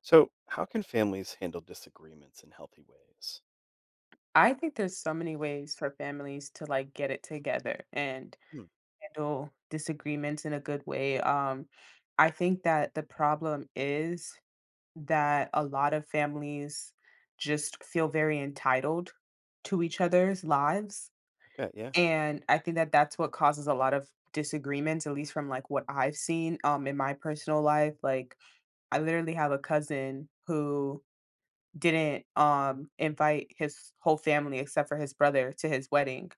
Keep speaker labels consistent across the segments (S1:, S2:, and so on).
S1: So, how can families handle disagreements in healthy ways?
S2: I think there's so many ways for families to like get it together and
S1: Hmm.
S2: handle disagreements in a good way. I think that the problem is that a lot of families just feel very entitled to each other's lives.
S1: Okay, yeah.
S2: And I think that that's what causes a lot of disagreements, at least from like what I've seen in my personal life. Like, I literally have a cousin who didn't invite his whole family except for his brother to his wedding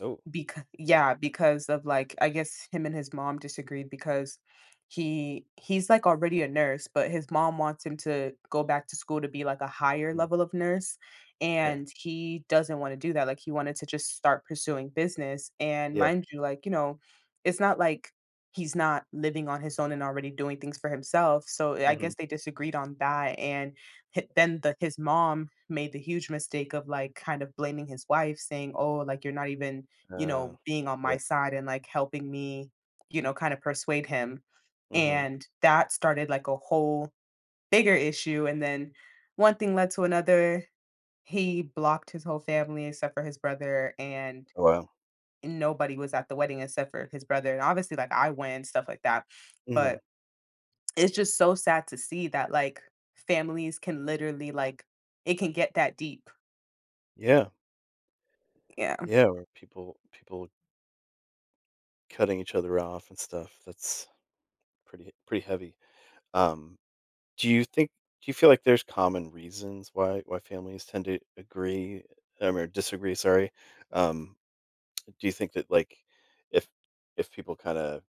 S1: Oh,
S2: because
S1: yeah.
S2: yeah, because of, like, I guess him and his mom disagreed because he's, like, already a nurse, but his mom wants him to go back to school to be, like, a higher
S1: Mm,
S2: level of nurse,
S1: okay.
S2: and he doesn't wanna do that, like, he wanted to just start pursuing business, and
S1: Yeah.
S2: mind you, like, you know, it's not like he's not living on his own and already doing things for himself, so I
S1: Hmm.
S2: guess they disagreed on that, and hi then the his mom made the huge mistake of, like, kind of blaming his wife, saying, "Oh, like, you're not even you
S1: Uh,
S2: know, being on
S1: yeah.
S2: my side and, like, helping me, you know, kind of persuade him,"
S1: Hmm.
S2: and that started, like, a whole bigger issue, and then one thing led to another. He blocked his whole family except for his brother, and
S1: Oh, wow.
S2: nobody was at the wedding except for his brother, and obviously, like, I went, stuff like that,
S1: Hmm.
S2: but it's just so sad to see that, like, families can literally, like it can get that deep.
S1: Yeah.
S2: Yeah.
S1: Yeah. Where people cutting each other off and stuff. That's pretty heavy. Um, do you think? Do you feel like there's common reasons why families tend to agree or disagree? Sorry. Um, do you think that like if if people kind of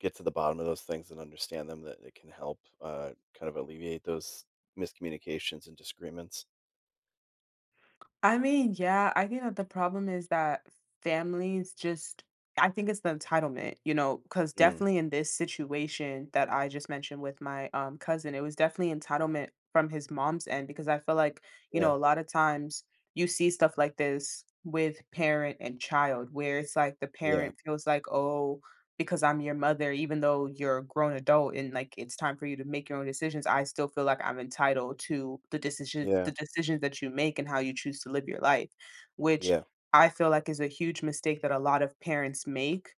S1: get to the bottom of those things and understand them, that it can help, kind of alleviate those miscommunications and disagreements.
S2: I mean, yeah, I think that the problem is that families just I think it's the entitlement, you know, because
S1: Mm,
S2: definitely in this situation that I just mentioned with my cousin, it was definitely entitlement from his mom's end because I feel like, you
S1: yeah,
S2: know, a lot of times you see stuff like this with parent and child where it's like the
S1: yeah,
S2: parent feels like, oh, because I'm your mother, even though you're a grown adult and like it's time for you to make your own decisions, I still feel like I'm entitled to
S1: yeah,
S2: the decisions that you make and how you choose to live your life, which
S1: yeah,
S2: I feel like is a huge mistake that a lot of parents make.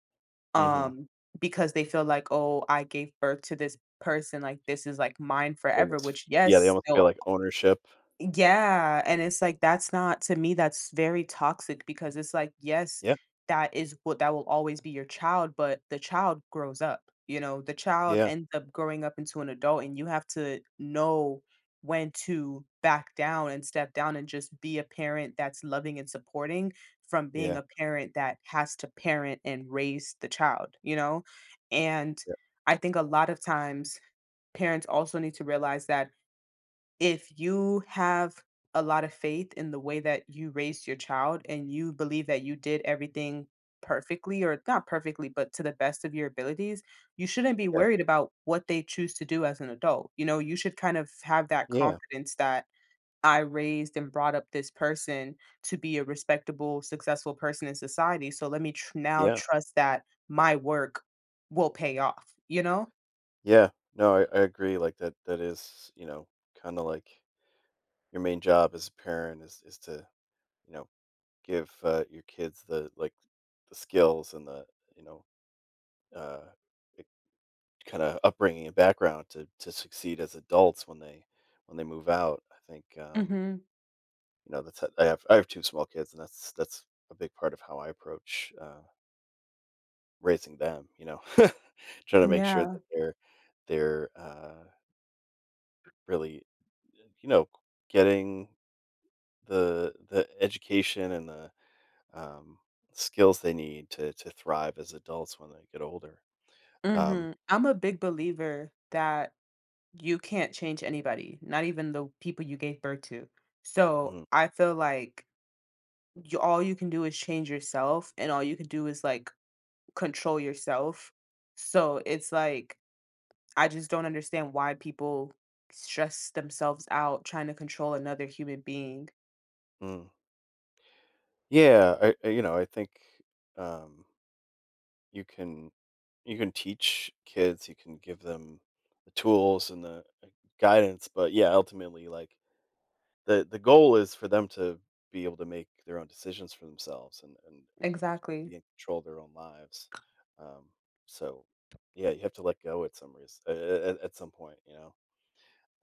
S1: mhm.
S2: Um, because they feel like, oh, I gave birth to this person, like this is like mine forever, which yes,
S1: Yeah, they almost feel
S2: still
S1: like ownership.
S2: yeah, and it's like that's not to me that's very toxic because it's like yes,
S1: Yeah,
S2: that is what that will always be your child, but the child grows up. You know, the child
S1: yeah,
S2: ends up growing up into an adult and you have to know when to back down and step down and just be a parent that's loving and supporting from being
S1: yeah,
S2: a parent that has to parent and raise the child, you know? And
S1: yeah,
S2: I think a lot of times parents also need to realize that if you have a lot of faith in the way that you raised your child and you believe that you did everything perfectly or not perfectly but to the best of your abilities you shouldn't be
S1: yeah,
S2: worried about what they choose to do as an adult, you know, you should kind of have that
S1: yeah,
S2: confidence that I raised and brought up this person to be a respectable successful person in society so let me now
S1: yeah,
S2: trust that my work will pay off, you know.
S1: yeah. No, I agree, like, that that is, kinda like your main job as a parent is to, you know, give, your kids the, like, the skills and the, you know, uh kind of upbringing and background to succeed as adults when they move out. I think
S2: Mhm.
S1: you know that's I have two small kids, and that's a big part of how I approach raising them. You know, trying to make sure
S2: Yeah.
S1: that they're really you know getting the education and the um, skills they need to thrive as adults when they get older. Um,
S2: Mhm. I'm a big believer that you can't change anybody, not even the people you gave birth to. So,
S1: mm,
S2: I feel like you all you can do is change yourself and all you can do is, like, control yourself. So, it's like, I just don't understand why people stress themselves out trying to control another human being.
S1: mm. Yeah, I I think. Um, you can you can teach kids, you can give them the tools and the guidance, but yeah, ultimately like the goal is for them to be able to make their own decisions for themselves and and
S2: Exactly.
S1: be in control of their own lives. Um, so yeah, you have to let go at some point.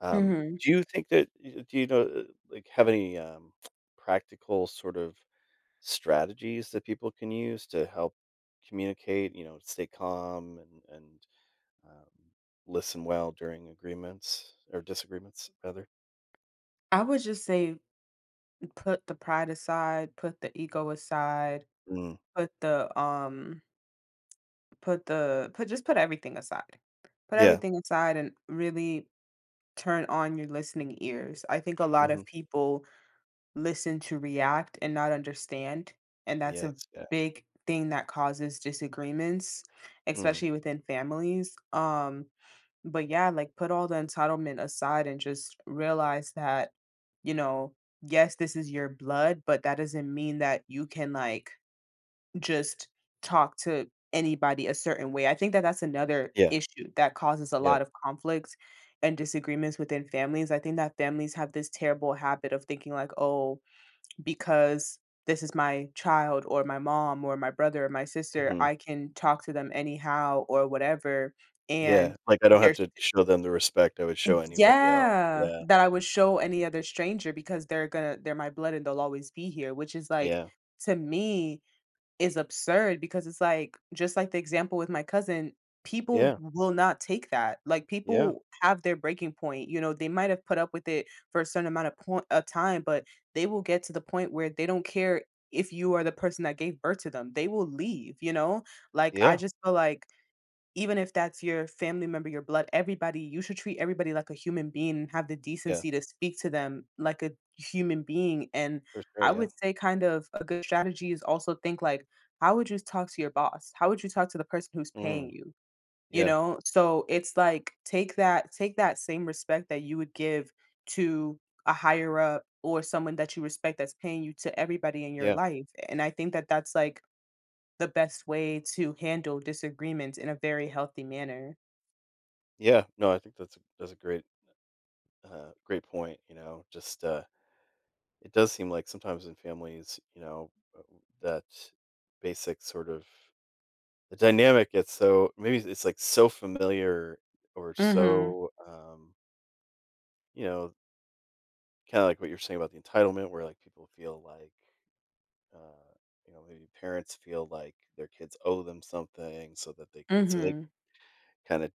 S1: Um,
S2: Mhm.
S1: do you think that do you know like have any practical sort of strategies that people can use to help communicate, stay calm and um, listen well during agreements or disagreements, rather?
S2: I would just say put the pride aside, put the ego aside,
S1: Mm.
S2: put the, put just put everything aside. Put
S1: Yeah.
S2: everything aside and really turn on your listening ears. I think a lot
S1: Hmm.
S2: of people listen to react and not understand, and that's a
S1: Yes. Yeah.
S2: big thing that causes disagreements,
S1: Mm.
S2: especially within families. But yeah, like put all the entitlement aside and just realize that, you know, yes, this is your blood, but that doesn't mean that you can like just talk to anybody a certain way. I think that that's another
S1: Yeah.
S2: issue that causes a
S1: Yeah.
S2: lot of conflicts and disagreements within families. I think that families have this terrible habit of thinking like, "Oh, because this is my child or my mom or my brother or my sister,
S1: Hmm.
S2: I can talk to them anyhow or whatever." And
S1: Yeah. Like I don't have
S2: there's
S1: to show them the respect I would show anybody else.
S2: yeah,
S1: Yeah.
S2: that I would show any other stranger because they're my blood and they'll always be here, which is like
S1: Yeah.
S2: to me is absurd because it's like just like the example with my cousin, people
S1: Yeah.
S2: will not take that. Like
S1: Yeah.
S2: people have their breaking point. You know, they might have put up with it for a certain amount of point of time, but they will get to the point where they don't care if you are the person that gave birth to them. They will leave, you know? Like I
S1: Yeah.
S2: just feel like even if that's your family member, your blood, everybody, you should treat everybody like a human being and have the
S1: Yeah.
S2: decency to speak to them like a human being. And
S1: For sure.
S2: I
S1: Yeah.
S2: would say, kind of, a good strategy is also think like, how would you talk to your boss? How would you talk to the person who's paying
S1: Mm.
S2: you? You
S1: Yeah.
S2: know, so it's like take that same respect that you would give to a higher up or someone that you respect that's paying you to everybody in your
S1: Yeah.
S2: life. And I think that that's like the best way to handle disagreements in a very healthy manner.
S1: Yeah. No, I think that's a great point. You know, just it does seem like sometimes in families, uh, that basic sort of the dynamic gets so maybe it's like so familiar or
S2: Mhm.
S1: so, you know, kind of like what you're saying about the entitlement, where like people feel like, uh, maybe parents feel like their kids owe them something, so that they c- so they
S2: Mhm.
S1: kind of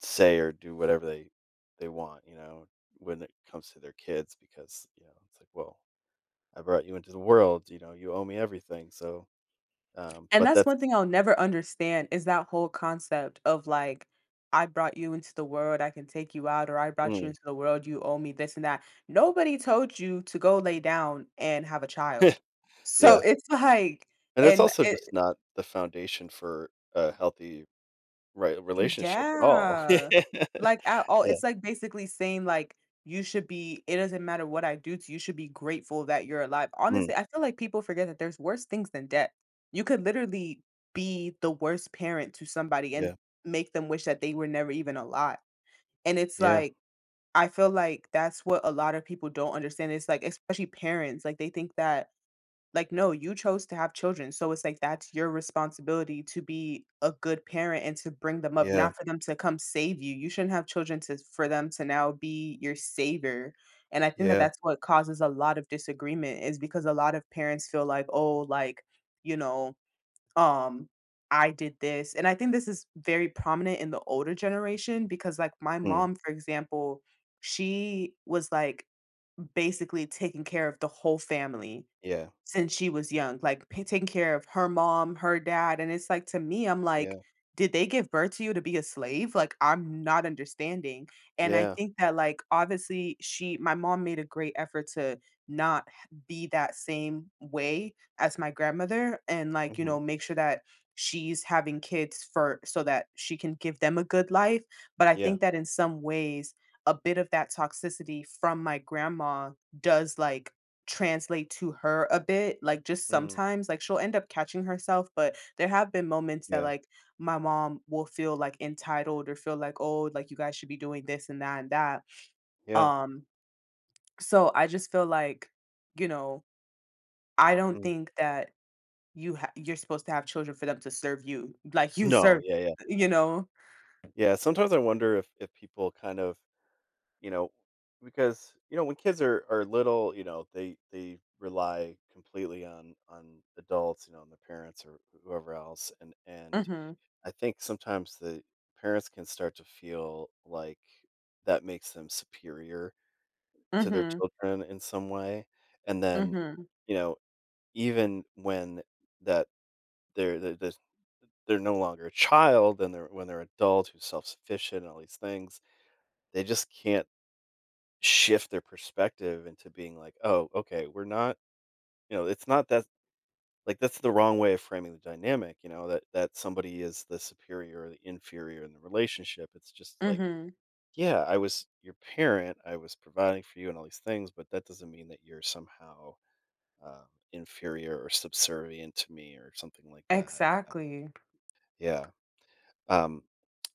S1: say or do whatever they want, when it comes to their kids, because it's like, well, I brought you into the world, you owe me everything, so Um,
S2: And
S1: but
S2: that's
S1: that's
S2: one thing I'll never understand is that whole concept of like, I brought you into the world, I can take you out, or I brought you
S1: mm,
S2: into the world, you owe me this and that. Nobody told you to go lay down and have a child. So
S1: yeah,
S2: it's like,
S1: and it's
S2: and
S1: also
S2: it.
S1: just not the foundation for a healthy, right, relationship at all.
S2: Yeah. Like, at all
S1: Yeah,
S2: it's, like, basically saying, like, "You should be it doesn't matter what I do to you, you should be grateful that you're alive."
S1: mm,
S2: Honestly, I feel like people forget that there's worse things than death. You could literally be the worst parent to somebody and
S1: yeah,
S2: make them wish that they were never even alive, and it's,
S1: yeah,
S2: like I feel like that's what a lot of people don't understand. It's, like, especially parents, like, they think that like, no, you chose to have children, so it's like that's your responsibility to be a good parent and to bring them up,
S1: yeah,
S2: not for them to come save you. You shouldn't have children to for them to now be your savior, and I think that
S1: yeah,
S2: that's what causes a lot of disagreement is because a lot of parents feel like, "Oh, like, you know, um, I did this," and I think this is very prominent in the older generation because, like, my
S1: mm,
S2: mom, for example, she was, like, basically taking care of the whole family.
S1: yeah,
S2: Since she was young, like, p taking care of her mom, her dad, and it's like, to me, I'm
S1: yeah,
S2: like, "Did they give birth to you to be a slave?" Like, I'm not understanding, and I
S1: yeah,
S2: think that, like, obviously, she my mom made a great effort to not h be that same way as my grandmother and, like, you
S1: mhm,
S2: know, make sure that she's having kids for so that she can give them a good life, but I
S1: yeah,
S2: think that in some ways, a bit of that toxicity from my grandma does, like, translate to her a bit, like, just
S1: mm,
S2: sometimes, like, she'll end up catching herself, but there have been moments that,
S1: yeah,
S2: like, my mom will feel, like, entitled or feel like, "Oh, like, you guys should be doing this and that and that."
S1: yeah,
S2: Um, so I just feel like, you know, I don't
S1: mm.
S2: think that you're supposed to have children for them to serve you, like, you
S1: No,
S2: serve,
S1: yeah, yeah.
S2: you know?
S1: Yeah, sometimes I wonder if people kind of, you know because, when kids are little, they rely completely on adults, on their parents or whoever else, and
S2: Mhm,
S1: I think sometimes the parents can start to feel like that makes them superior to their
S2: mhm,
S1: children in some way, and then,
S2: mhm,
S1: you know, even when that they're this they're no longer a child and they're when they're adult who's self-sufficient and all these things, they just can't shift their perspective into being like, "Oh, okay, we're not you know, it's not that like that's the wrong way of framing the dynamic, that that somebody is the superior or the inferior in the relationship. It's just like
S2: mhm,
S1: yeah, I was your parent, I was providing for you and all these things, but that doesn't mean that you're somehow um, inferior or subservient to me or something like that. Um,
S2: exactly.
S1: yeah. Um,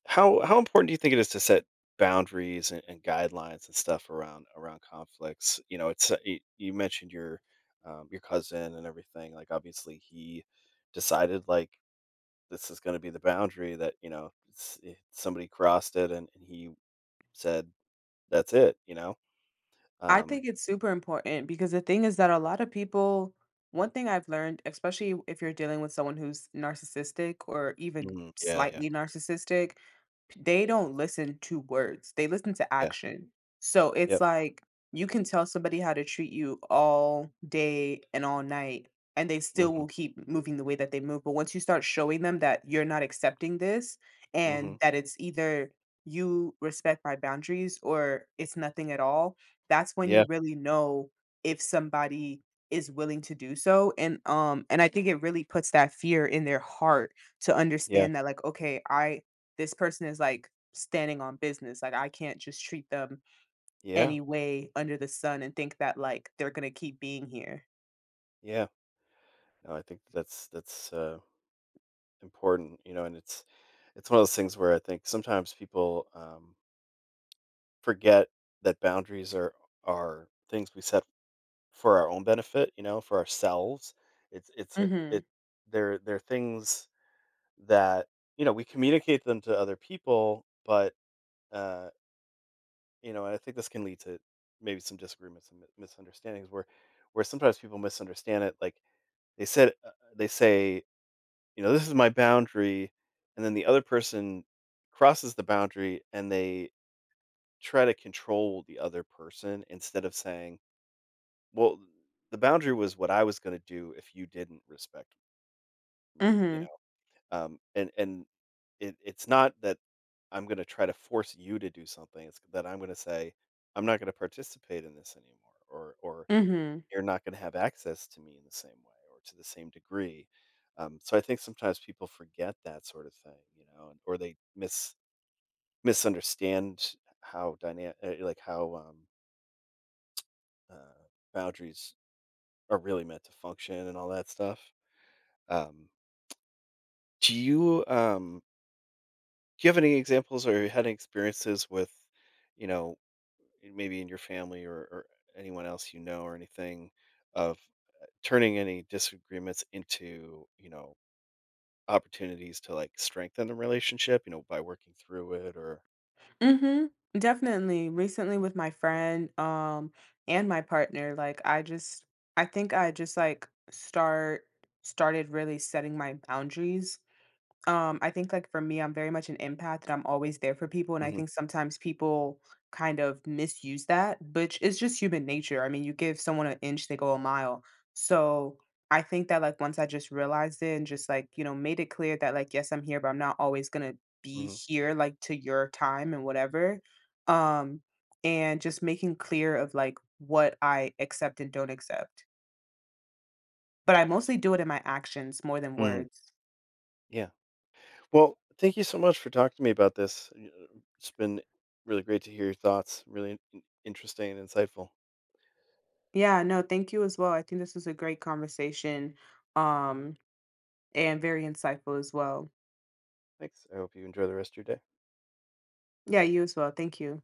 S1: how important do you think it is to set boundaries and guidelines and stuff around conflicts? You know, it's you mentioned your cousin and everything. Like, obviously, he decided like this is going to be the boundary that somebody crossed it, and he said that's it.
S2: I
S1: Um,
S2: think it's super important because the thing is that a lot of people one thing I've learned, especially if you're dealing with someone who's narcissistic or even
S1: Mm, yeah, yeah,
S2: slightly narcissistic, they
S1: yeah,
S2: don't
S1: that's
S2: listen to words, they listen to
S1: yeah,
S2: action. So it's
S1: yep,
S2: like you can tell somebody how to treat you all day and all night, and they still
S1: mhm,
S2: will keep moving the way that they move. But once you start showing them that you're not accepting this
S1: mhm,
S2: and that it's either you respect my boundaries or it's nothing at all, that's when you
S1: yeah,
S2: really know if somebody is willing to do so, and I think it really puts that fear in their heart to
S1: yeah,
S2: understand that like okay I this person is like standing on business. Like I can't just treat them
S1: yeah,
S2: any way under the sun and think that like they're gonna keep being here.
S1: yeah. No, I think that's important, and it's one of those things where I think sometimes people, forget that boundaries are things we set for our own benefit, for ourselves. It's a it
S2: Mhm.
S1: they're things that, we communicate them to other people, but, uh and I think this can lead to maybe some disagreements and misunderstandings where sometimes people misunderstand it. Like they say, this is my boundary, and then the other person crosses the boundary and they try to control the other person instead of saying, well, the boundary was what I was going to do if you didn't respect me.
S2: Mhm.
S1: And it's not that I'm going to try to force you to do something. It's that I'm going to say I'm not going to participate in this anymore, or
S2: Mhm.
S1: you're not going to have access to me in the same way or to the same degree. So I think sometimes people forget that sort of thing, or they misunderstand how dynamic, like how uh, boundaries are really meant to function and all that stuff. Um, do you? Do you have any examples or had any experiences with, you know, maybe in your family or, anyone else or anything of turning any disagreements into, opportunities to like strengthen the relationship, by working through it or.
S2: Mhm. Definitely. Recently with my friend and my partner, like I just I think I just started really setting my boundaries. I think, like, for me, I'm very much an empath that I'm always there for people, and I
S1: Mhm,
S2: think sometimes people kind of misuse that, which is just human nature. I mean, you give someone an inch, they go a mile. So I think that, like, once I just realized it and just, like, you know, made it clear that, like, yes, I'm here, but I'm not always gonna be
S1: mhm,
S2: here, like, to your time and whatever. Um, and just making clear of, like, what I accept and don't accept. But I mostly do it in my actions more than
S1: mhm.
S2: words.
S1: Yeah. Well, thank you so much for talking to me about this. It's been really great to hear your thoughts, really interesting and insightful.
S2: Yeah, no, thank you as well. I think this was a great conversation, um, and very insightful as well.
S1: Thanks. I hope you enjoy the rest of your day.
S2: Yeah, you as well. Thank you.